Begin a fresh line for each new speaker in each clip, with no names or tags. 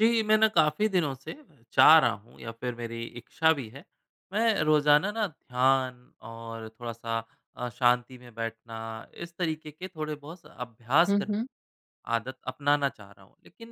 जी, मैं ना काफ़ी दिनों से चाह रहा हूँ या फिर मेरी इच्छा भी है। मैं रोज़ाना ना ध्यान और थोड़ा-सा शांति में बैठना, इस तरीके के थोड़े-बहुत अभ्यास
हुँ, हुँ।
आदत अपनाना चाह रहा हूँ। लेकिन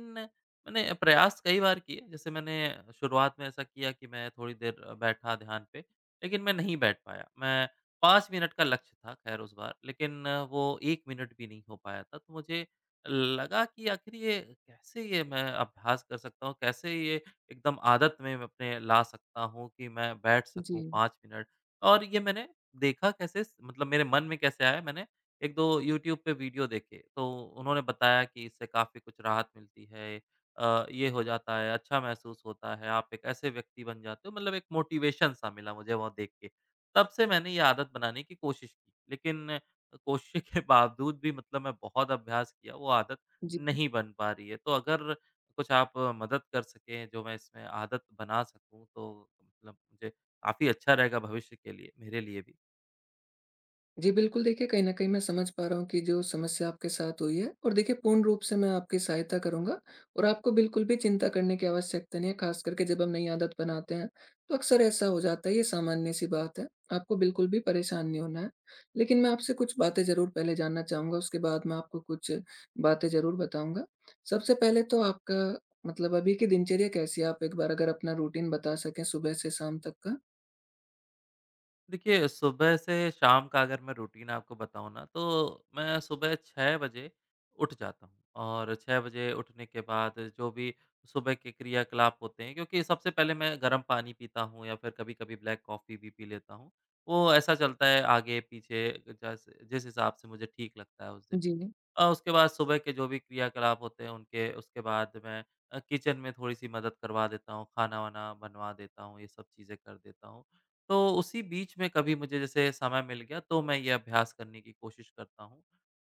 मैंने प्रयास कई बार किए। जैसे मैंने शुरुआत में ऐसा किया कि मैं थोड़ी देर बैठा ध्यान पे, लेकिन मैं नहीं बैठ पाया। मैं 5 मिनट का लक्ष्य था खैर उस बार, लेकिन वो 1 मिनट भी नहीं हो पाया था। तो मुझे लगा कि आखिर ये कैसे, ये मैं अभ्यास कर सकता हूँ, कैसे ये एकदम आदत में मैं अपने ला सकता हूँ कि मैं बैठ सकूँ
जी,
5 मिनट। और ये मैंने देखा कैसे, स मतलब मेरे मन में कैसे आया। मैंने 1-2 यूट्यूब पे वीडियो देखे, तो उन्होंने बताया कि इससे काफ़ी कुछ राहत मिलती है। ये हो जाता है, अच्छा महसूस होता है, आप एक ऐसे व्यक्ति बन जाते हो, मतलब एक मोटिवेशन सा मिला मुझे वो देख के। तब से मैंने ये आदत बनाने की कोशिश की, लेकिन कोशिश के बावजूद भी, मतलब मैं बहुत अभ्यास किया, वो आदत
जी।
नहीं बन पा रही है। तो अगर कुछ आप मदद कर सकें, जो मैं इसमें आदत बना सकूँ, तो मतलब मुझे काफ़ी अच्छा रहेगा भविष्य के लिए, मेरे लिए भी।
जी, बिल्कुल, देखिए, कहीं न कहीं मैं समझ पा रहा हूँ कि जो समस्या आपके साथ हुई है। और देखिए, पूर्ण रूप से मैं आपकी सहायता करूँगा और आपको बिल्कुल भी चिंता करने की आवश्यकता नहीं है। ख़ास करके जब हम नई आदत बनाते हैं, तो अक्सर ऐसा हो जाता है, ये सामान्य-सी बात है। आपको बिल्कुल भी परेशान नहीं होना है। लेकिन मैं आपसे कुछ बातें ज़रूर पहले जानना चाहूँगा, उसके बाद मैं आपको कुछ बातें ज़रूर बताऊँगा। सबसे पहले तो आपका मतलब अभी की दिनचर्या कैसी है? आप एक बार अगर अपना रूटीन बता सकें, सुबह से शाम तक का?
देखिए, सुबह से शाम का अगर मैं रूटीन आपको बताऊँ ना, तो मैं सुबह 6 बजे उठ जाता हूँ, और 6 बजे उठने के बाद जो भी सुबह के क्रियाकलाप होते हैं, क्योंकि सबसे पहले मैं गर्म पानी पीता हूँ या फिर कभी-कभी ब्लैक कॉफ़ी भी पी लेता हूँ। वो ऐसा चलता है आगे-पीछे, जैसे जिस हिसाब से मुझे ठीक लगता है उस दिन।
जी।
उसके बाद सुबह के जो भी क्रियाकलाप होते हैं उनके, उसके बाद मैं किचन में थोड़ी-सी मदद करवा देता हूँ, खाना-वाना बनवा देता हूँ, ये सब चीज़ें कर देता हूँ। तो उसी बीच में कभी मुझे जैसे समय मिल गया, तो मैं ये अभ्यास करने की कोशिश करता हूँ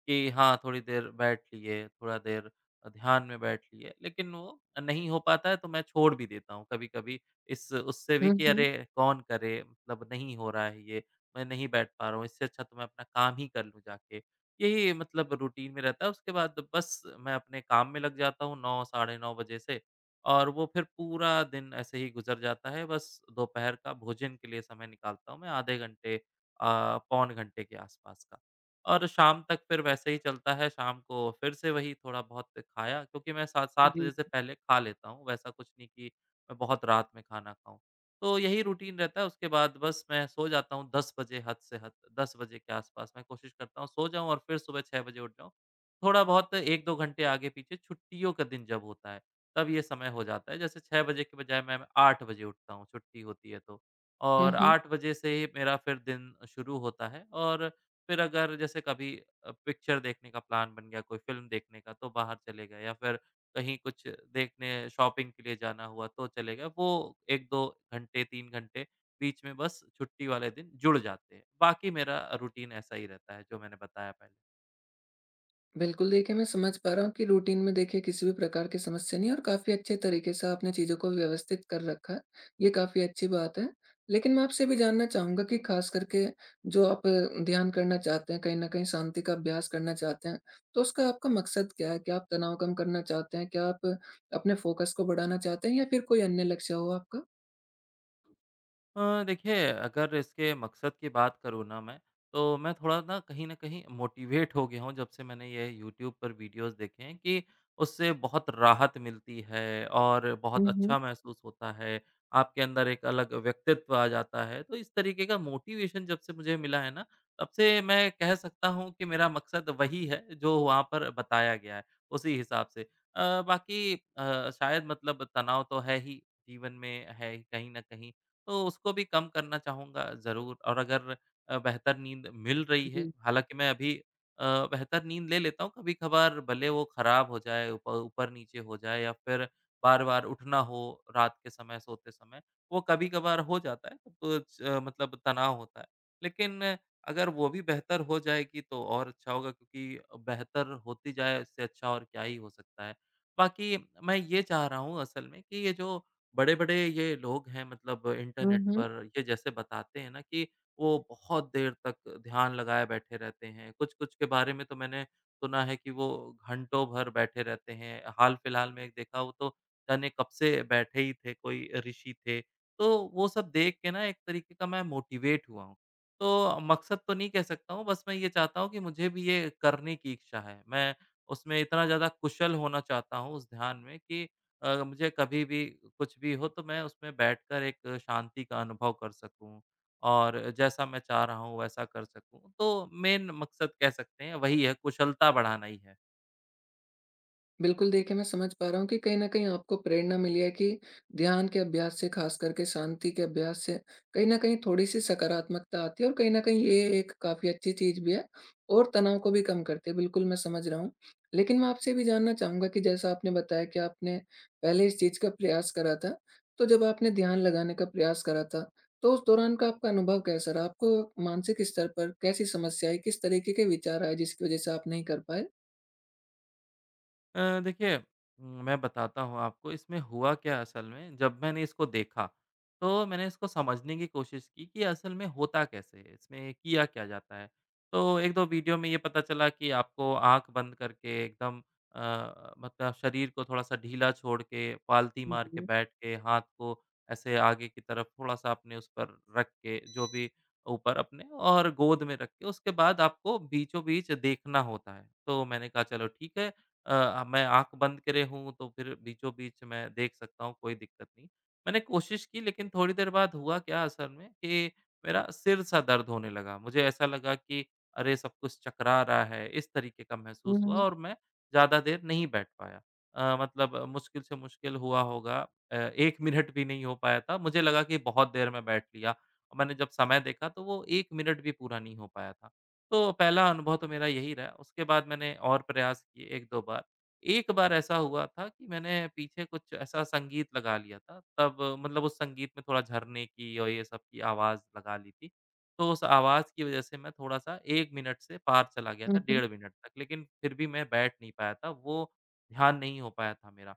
कि हाँ, थोड़ी देर बैठ लिए, थोड़ा देर ध्यान में बैठ लिए। लेकिन वो नहीं हो पाता है, तो मैं छोड़ भी देता हूँ कभी-कभी इस उससे भी
हुँ,
कि
हुँ।
अरे, कौन करे, मतलब नहीं हो रहा है ये, मैं नहीं बैठ पा रहा हूँ, इससे अच्छा तो मैं अपना काम ही कर लूँ जाके। यही मतलब रूटीन में रहता है। उसके बाद बस मैं अपने काम में लग जाता हूँ 9, साढ़े 9 बजे से, और वो फिर पूरा दिन ऐसे ही गुज़र जाता है। बस दोपहर का भोजन के लिए समय निकालता हूँ मैं आधे घंटे, पौन घंटे के आसपास का। और शाम तक फिर वैसे ही चलता है। शाम को फिर से वही थोड़ा बहुत खाया, क्योंकि मैं 7-7
जी।
बजे से पहले खा लेता हूँ, वैसा कुछ नहीं कि मैं बहुत रात में खाना खाऊँ। तो यही रूटीन रहता है, उसके बाद बस मैं सो जाता हूँ 10 बजे, हद से हद 10 बजे के आसपास मैं कोशिश करता हूँ सो जाऊँ, और फिर सुबह 6 बजे उठ जाऊँ। थोड़ा बहुत 1-2 घंटे आगे-पीछे छुट्टियों का दिन जब होता है, तब ये समय हो जाता है। जैसे 6 बजे के बजाय मैं 8 बजे उठता हूँ, छुट्टी होती है तो,
हुँ,
और
हुँ।
8 बजे से ही मेरा फिर दिन शुरू होता है। और फिर अगर जैसे कभी पिक्चर देखने का प्लान बन गया, कोई फ़िल्म देखने का, तो बाहर चले गए, या फिर कहीं कुछ देखने, शॉपिंग के लिए जाना हुआ तो चले गए। वो 1-2 घंटे, 3 घंटे बीच में बस छुट्टी वाले दिन जुड़ जाते हैं। बाकी मेरा रूटीन ऐसा ही रहता है, जो मैंने बताया पहले।
बिल्कुल, देखिए, मैं समझ पा रहा हूँ कि रूटीन में, देखिए, किसी भी प्रकार की समस्या नहीं है और काफ़ी अच्छे तरीके से आपने चीज़ों को व्यवस्थित कर रखा है। ये काफ़ी अच्छी बात है। लेकिन मैं आपसे भी जानना चाहूँगा कि ख़ास करके जो आप ध्यान करना चाहते हैं, कहीं न कहीं शांति का अभ्यास करना चाहते हैं, तो उसका आपका मकसद क्या है? क्या आप तनाव कम करना चाहते हैं? क्या आप अपने फ़ोकस को बढ़ाना चाहते हैं या फिर कोई अन्य लक्ष्य हो आपका?
देखिए, अगर इसके मकसद की बात करूँ ना मैं, तो मैं थोड़ा ना कहीं न कहीं मोटिवेट हो गया हूँ जब से मैंने ये यूट्यूब पर वीडियोज़ देखे हैं कि उससे बहुत राहत मिलती है और
हुँ,
बहुत
हुँ।
अच्छा महसूस होता है। आपके अंदर एक अलग व्यक्तित्व आ जाता है। तो इस तरीके का मोटिवेशन जब से मुझे मिला है ना, तब से मैं कह सकता हूँ कि मेरा मकसद वही है जो वहाँ पर बताया गया है, उसी हिसाब से। बाकी शायद मतलब तनाव तो है ही, जीवन में है ही कहीं न कहीं। तो उसको भी कम करना चाहूँगा ज़रूर। और अगर बेहतर नींद मिल रही
जी।
है, हालाँकि मैं अभी अ, बेहतर नींद ले लेता हूँ, कभी-कभार भले वो खराब हो जाए, ऊप ऊपर-नीचे हो जाए, या फिर बार-बार उठना हो रात के समय, सोते समय, वो कभी-कभार हो जाता है, तो कुछ मतलब तनाव होता है। लेकिन अगर वो भी बेहतर हो जाएगी तो और अच्छा होगा, क्योंकि बेहतर होती जाए, इससे अच्छा और क्या ही हो सकता है। बाकी मैं ये चाह रहा हूँ असल में, कि ये जो बड़े-बड़े ये लोग हैं, मतलब
हुँ,
इंटरनेट
हुँ।
पर ये जैसे बताते हैं ना कि वो बहुत देर तक ध्यान लगाए बैठे रहते हैं। कुछ-कुछ के बारे में तो मैंने सुना है कि वो घंटों भर बैठे रहते हैं। हाल-फिलहाल में एक देखा, वो तो जाने कब से बैठे ही थे, कोई ऋषि थे। तो वो सब देख के ना एक तरीके का मैं मोटिवेट हुआ हूँ। तो मकसद तो नहीं कह सकता हूँ, बस मैं ये चाहता हूँ कि मुझे भी ये करने की इच्छा है। मैं उसमें इतना ज़्यादा कुशल होना चाहता हूँ उस ध्यान में कि मुझे कभी भी कुछ भी हो, तो मैं उसमें बैठकर एक शांति का अनुभव कर सकूँ, और जैसा मैं चाह रहा हूँ वैसा कर सकूँ। तो मेन मकसद कह सकते हैं वही है, कुशलता बढ़ाना ही है।
बिल्कुल, देखिए, मैं समझ पा रहा हूँ कि कहीं न कहीं आपको प्रेरणा मिली है कि ध्यान के अभ्यास से, ख़ास करके शांति के अभ्यास से, कहीं न कहीं थोड़ी-सी सकारात्मकता आती है और कहीं न कहीं ये एक काफ़ी अच्छी चीज़ भी है और तनाव को भी कम करती है। बिल्कुल, मैं समझ रहा हूँ। लेकिन मैं आपसे ये भी जानना चाहूँगा कि जैसा आपने बताया कि आपने पहले इस चीज़ का प्रयास करा था, तो जब आपने ध्यान लगाने का प्रयास करा था, तो उस दौरान का आपका अनुभव कैसा रहा? आपको मानसिक स्तर पर कैसी समस्या आई? किस तरीके के विचार आए जिसकी वज़ह से आप नहीं कर पाए?
देखिए, मैं बताता हूँ आपको इसमें हुआ क्या असल में। जब मैंने इसको देखा, तो मैंने इसको समझने की कोशिश की कि असल में होता कैसे है, इसमें किया क्या जाता है। तो 1-2 वीडियो में ये पता चला कि आपको आँख बंद करके एकदम मतलब शरीर को थोड़ा-सा ढीला छोड़ के, पालती
हुँ,
मार के
हुँ।
बैठ के, हाथ को ऐसे आगे की तरफ थोड़ा-सा अपने उस पर रख के, जो भी ऊपर अपने और गोद में रख के, उसके बाद आपको बीचों-बीच देखना होता है। तो मैंने कहा चलो ठीक है, मैं आँख बंद करे हूँ, तो फिर बीचों-बीच मैं देख सकता हूँ, कोई दिक्कत नहीं। मैंने कोशिश की, लेकिन थोड़ी देर बाद हुआ क्या असल में, कि मेरा सिर-सा दर्द होने लगा। मुझे ऐसा लगा कि अरे! सब कुछ चकरा रहा है, इस तरीके का महसूस हुआ,
हुँ,
और मैं ज़्यादा देर नहीं बैठ पाया। मतलब मुश्किल से मुश्किल हुआ होगा, 1 मिनट भी नहीं हो पाया था। मुझे लगा कि बहुत देर में बैठ लिया। और मैंने जब समय देखा, तो वो 1 मिनट भी पूरा नहीं हो पाया था। तो पहला अनुभव तो मेरा यही रहा। उसके बाद मैंने और प्रयास किए 1-2 बार। एक बार ऐसा हुआ था कि मैंने पीछे कुछ ऐसा संगीत लगा लिया था, तब मतलब उस संगीत में थोड़ा झरने की और ये सब की आवाज़ लगा ली थी। तो उस आवाज़ की वजह से मैं थोड़ा-सा 1 मिनट से पार चला गया था,
हुँ।
1.5 मिनट तक, लेकिन फिर भी मैं बैठ नहीं पाया था, वो ध्यान नहीं हो पाया था मेरा।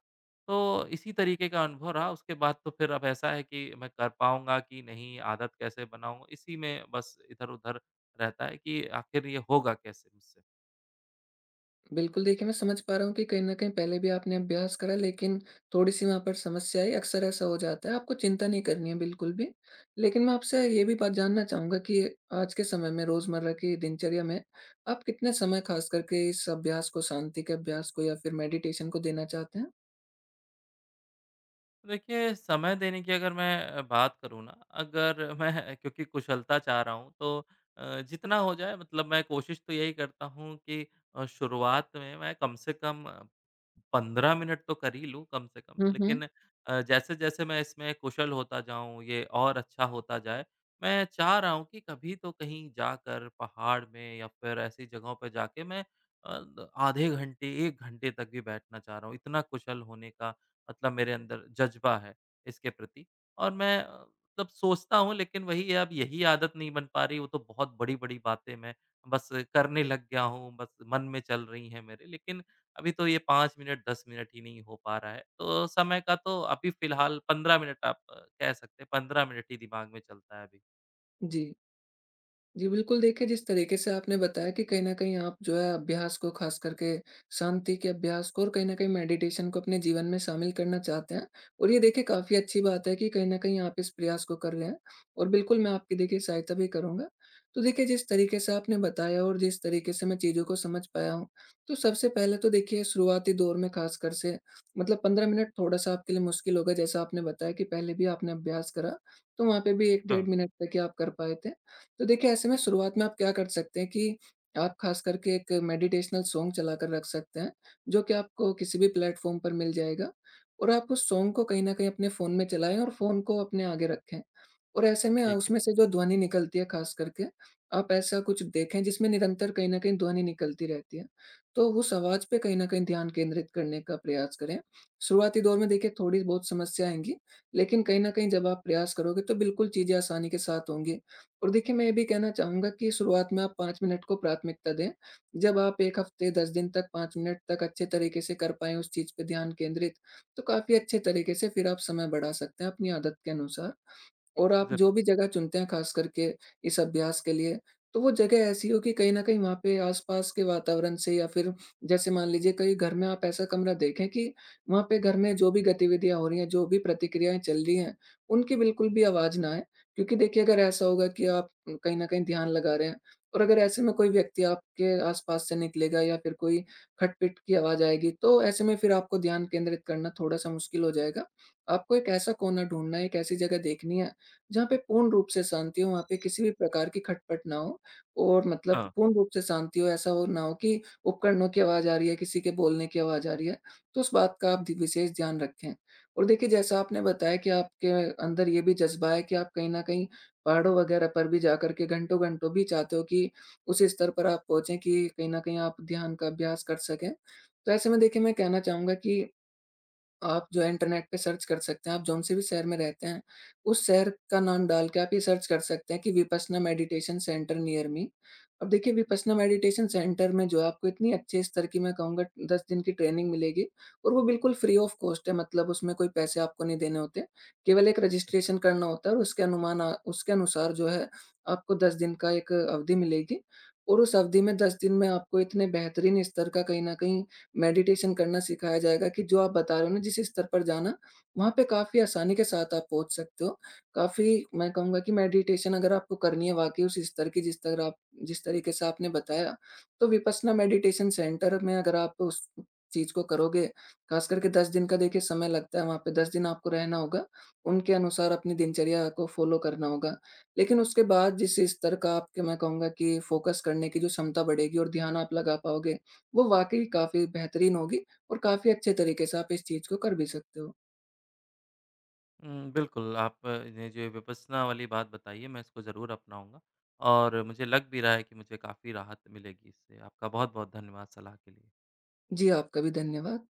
तो इसी तरीके का अनुभव रहा। उसके बाद तो फिर अब ऐसा है कि मैं कर पाऊँगा कि नहीं, आदत कैसे बनाऊँ, इसी में बस इधर-उधर रहता है कि आखिर ये होगा कैसे मुझसे?
बिल्कुल, देखिए, मैं समझ पा रहा हूँ कि कहीं न कहीं पहले भी आपने अभ्यास करा, लेकिन थोड़ी-सी वहाँ पर समस्या आई। अक्सर ऐसा हो जाता है, आपको चिंता नहीं करनी है बिल्कुल भी। लेकिन मैं आपसे ये भी बात जानना चाहूँगा कि आज के समय में रोज़मर्रा की दिनचर्या में आप कितने समय खास करके इस अभ्यास को, शांति के अभ्यास को या फिर मेडिटेशन को देना चाहते हैं?
तो देखिए, समय देने की अगर मैं बात करूँ ना, अगर मैं क्योंकि कुशलता चाह रहा हूँ, तो जितना हो जाए, मतलब मैं कोशिश तो यही करता हूँ कि शुरुआत में मैं कम से कम 15 मिनट तो कर ही लूँ कम से कम।
हुँ, हुँ।
लेकिन जैसे-जैसे मैं इसमें कुशल होता जाऊँ, ये और अच्छा होता जाए, मैं चाह रहा हूँ कि कभी तो कहीं जाकर पहाड़ में, या फिर ऐसी जगहों पे जाके, मैं अ, द आधे घंटे, 1 घंटे तक भी बैठना चाह रहा हूँ। इतना कुशल होने का मतलब मेरे अंदर जज़्बा है इसके प्रति, और मैं मतलब सोचता हूँ, लेकिन वही है, अब यही आदत नहीं बन पा रही, वो तो बहुत बड़ी-बड़ी बातें मैं बस करने लग गया हूँ, बस मन में चल रही हैं मेरे। लेकिन अभी तो ये 5 मिनट 10 मिनट ही नहीं हो पा रहा है। तो समय का तो अभी फ़िलहाल 15 मिनट आप कह सकते हैं, 15 मिनट ही दिमाग में चलता है अभी।
जी। जी, बिल्कुल, देखिए, जिस तरीके से आपने बताया कि कहीं न कहीं आप जो है अभ्यास को ख़ास करके शांति के अभ्यास को और कहीं न कहीं मेडिटेशन को अपने जीवन में शामिल करना चाहते हैं। और ये देखिए, काफ़ी अच्छी बात है कि कहीं न कहीं आप इस प्रयास को कर रहे हैं और बिल्कुल मैं आपकी, देखिए, सहायता भी करूँगा। तो देखिए, जिस तरीके से आपने बताया और जिस तरीके से मैं चीज़ों को समझ पाया हूँ, तो सबसे पहले तो, देखिए, शुरुआती दौर में ख़ासकर से मतलब 15 मिनट थोड़ा-सा आपके लिए मुश्किल होगा, जैसा आपने बताया कि पहले भी आपने अभ्यास करा, तो वहाँ पे भी 1 डेढ़
हाँ,
मिनट तक ही आप कर पाए थे। तो देखिए, ऐसे में शुरुआत में आप क्या कर सकते हैं कि आप ख़ास करके एक मेडिटेशनल सॉन्ग चलाकर रख सकते हैं, जो कि आपको किसी भी प्लेटफ़ॉर्म पर मिल जाएगा और आप उस सॉन्ग को कहीं न कहीं अपने फ़ोन में चलाएँ और फ़ोन को अपने आगे रखें। और ऐसे में
ठीक है,
उसमें से जो ध्वनि निकलती है ख़ास करके, आप ऐसा कुछ देखें जिसमें निरंतर कहीं न कहीं ध्वनि निकलती रहती है। तो उस आवाज़ पे कहीं न कहीं ध्यान केंद्रित करने का प्रयास करें। शुरुआती दौर में, देखिए, थोड़ी बहुत समस्या आएँगी, लेकिन कहीं न कहीं जब आप प्रयास करोगे तो बिल्कुल चीज़ें आसानी के साथ होंगी। और देखिए, मैं ये भी कहना चाहूँगा कि शुरुआत में आप 5 मिनट को प्राथमिकता दें। जब आप 1 हफ़्ते 10 दिन तक 5 मिनट तक अच्छे तरीके से कर पाएँ उस चीज़ पे ध्यान केंद्रित, तो काफ़ी अच्छे तरीके से फिर आप समय बढ़ा सकते हैं अपनी आदत के अनुसार। और आप जो
ज़रूर।
भी जगह चुनते हैं खास करके इस अभ्यास के लिए, तो वो जगह ऐसी हो कि कहीं न कहीं वहाँ पे आस-पास के वातावरण से, या फिर जैसे मान लीजिए कहीं घर में आप ऐसा कमरा देखें कि वहाँ पे घर में जो भी गतिविधियाँ हो रही हैं, जो भी प्रतिक्रियाएँ चल रही हैं, उनकी बिल्कुल भी आवाज़ ना आए। क्योंकि, देखिए, अगर ऐसा होगा कि आप कहीं न कहीं ध्यान लगा रहे हैं और अगर ऐसे में कोई व्यक्ति आपके आस-पास से निकलेगा या फिर कोई खटपिट की आवाज़ आएगी, तो ऐसे में फिर आपको ध्यान केंद्रित करना थोड़ा-सा मुश्किल हो जाएगा। आपको एक ऐसा कोना ढूँढना है, एक ऐसी जगह देखनी है जहाँ पे पूर्ण रूप से शांति हो, वहाँ पे किसी भी प्रकार की खटपट ना हो और मतलब
हाँ।
पूर्ण रूप से शांति हो। ऐसा हो ना हो कि उपकरणों की आवाज़ आ रही है, किसी के बोलने की आवाज़ आ रही है, तो उस बात का आप ध विशेष ध्यान रखें। और देखिए, जैसा आपने बताया कि आपके अंदर ये भी जज़्बा है कि आप कहीं न कहीं पहाड़ों वगैरह पर भी जा कर के घंटों-घंटों भी चाहते हो कि उस स्तर पर आप पहुँचे कि कहीं न कहीं आप ध्यान का अभ्यास कर सकें। तो ऐसे में, देखिए, मैं कहना चाहूँगा कि आप जो है इंटरनेट पे सर्च कर सकते हैं, आप जौन से भी शहर में रहते हैं, उस शहर का नाम डाल के आप ये सर्च कर सकते हैं कि Vipassana meditation centre near me. अब देखिए, विपस्सना मेडिटेशन सेंटर में जो है आपको इतनी अच्छे स्तर की, मैं कहूँगा, 10 दिन की ट्रेनिंग मिलेगी और वो बिल्कुल फ्री ऑफ कॉस्ट है, मतलब उसमें कोई पैसे आपको नहीं देने होते। केवल एक रजिस्ट्रेशन करना होता है और उसके अनुसार जो है आपको 10 दिन का एक अवधि मिलेगी और उस अवधि में 10 दिन में आपको इतने बेहतरीन स्तर का कहीं न कहीं मेडिटेशन करना सिखाया जाएगा कि जो आप बता रहे हो ना जिस स्तर पर जाना, वहाँ पे काफ़ी आसानी के साथ आप पहुँच सकते हो। काफ़ी, मैं कहूँगा कि मेडिटेशन अगर आपको करनी है वाक़ई उस स्तर की जिस तरह आप, जिस तरीके से आपने बताया, तो विपस्सना मेडिटेशन सेंटर में अगर आप उस चीज़ को करोगे, ख़ास करके 10 दिन का, देखिए, समय लगता है, वहाँ पे 10 दिन आपको रहना होगा, उनके अनुसार अपनी दिनचर्या को फ़ॉलो करना होगा। लेकिन उसके बाद जिस स्तर का, आपके, मैं कहूँगा कि फ़ोकस करने की जो क्षमता बढ़ेगी और ध्यान आप लगा पाओगे, वो वाक़ई काफ़ी बेहतरीन होगी और काफ़ी अच्छे तरीके से आप इस चीज़ को कर भी सकते हो।
बिल्कुल, आपने जो ये विपश्यना वाली बात बताई है, मैं इसको ज़रूर अपनाऊँगा, और मुझे लग भी रहा है कि मुझे काफ़ी राहत मिलेगी इससे। आपका बहुत-बहुत धन्यवाद सलाह के लिए।
जी, आपका भी धन्यवाद।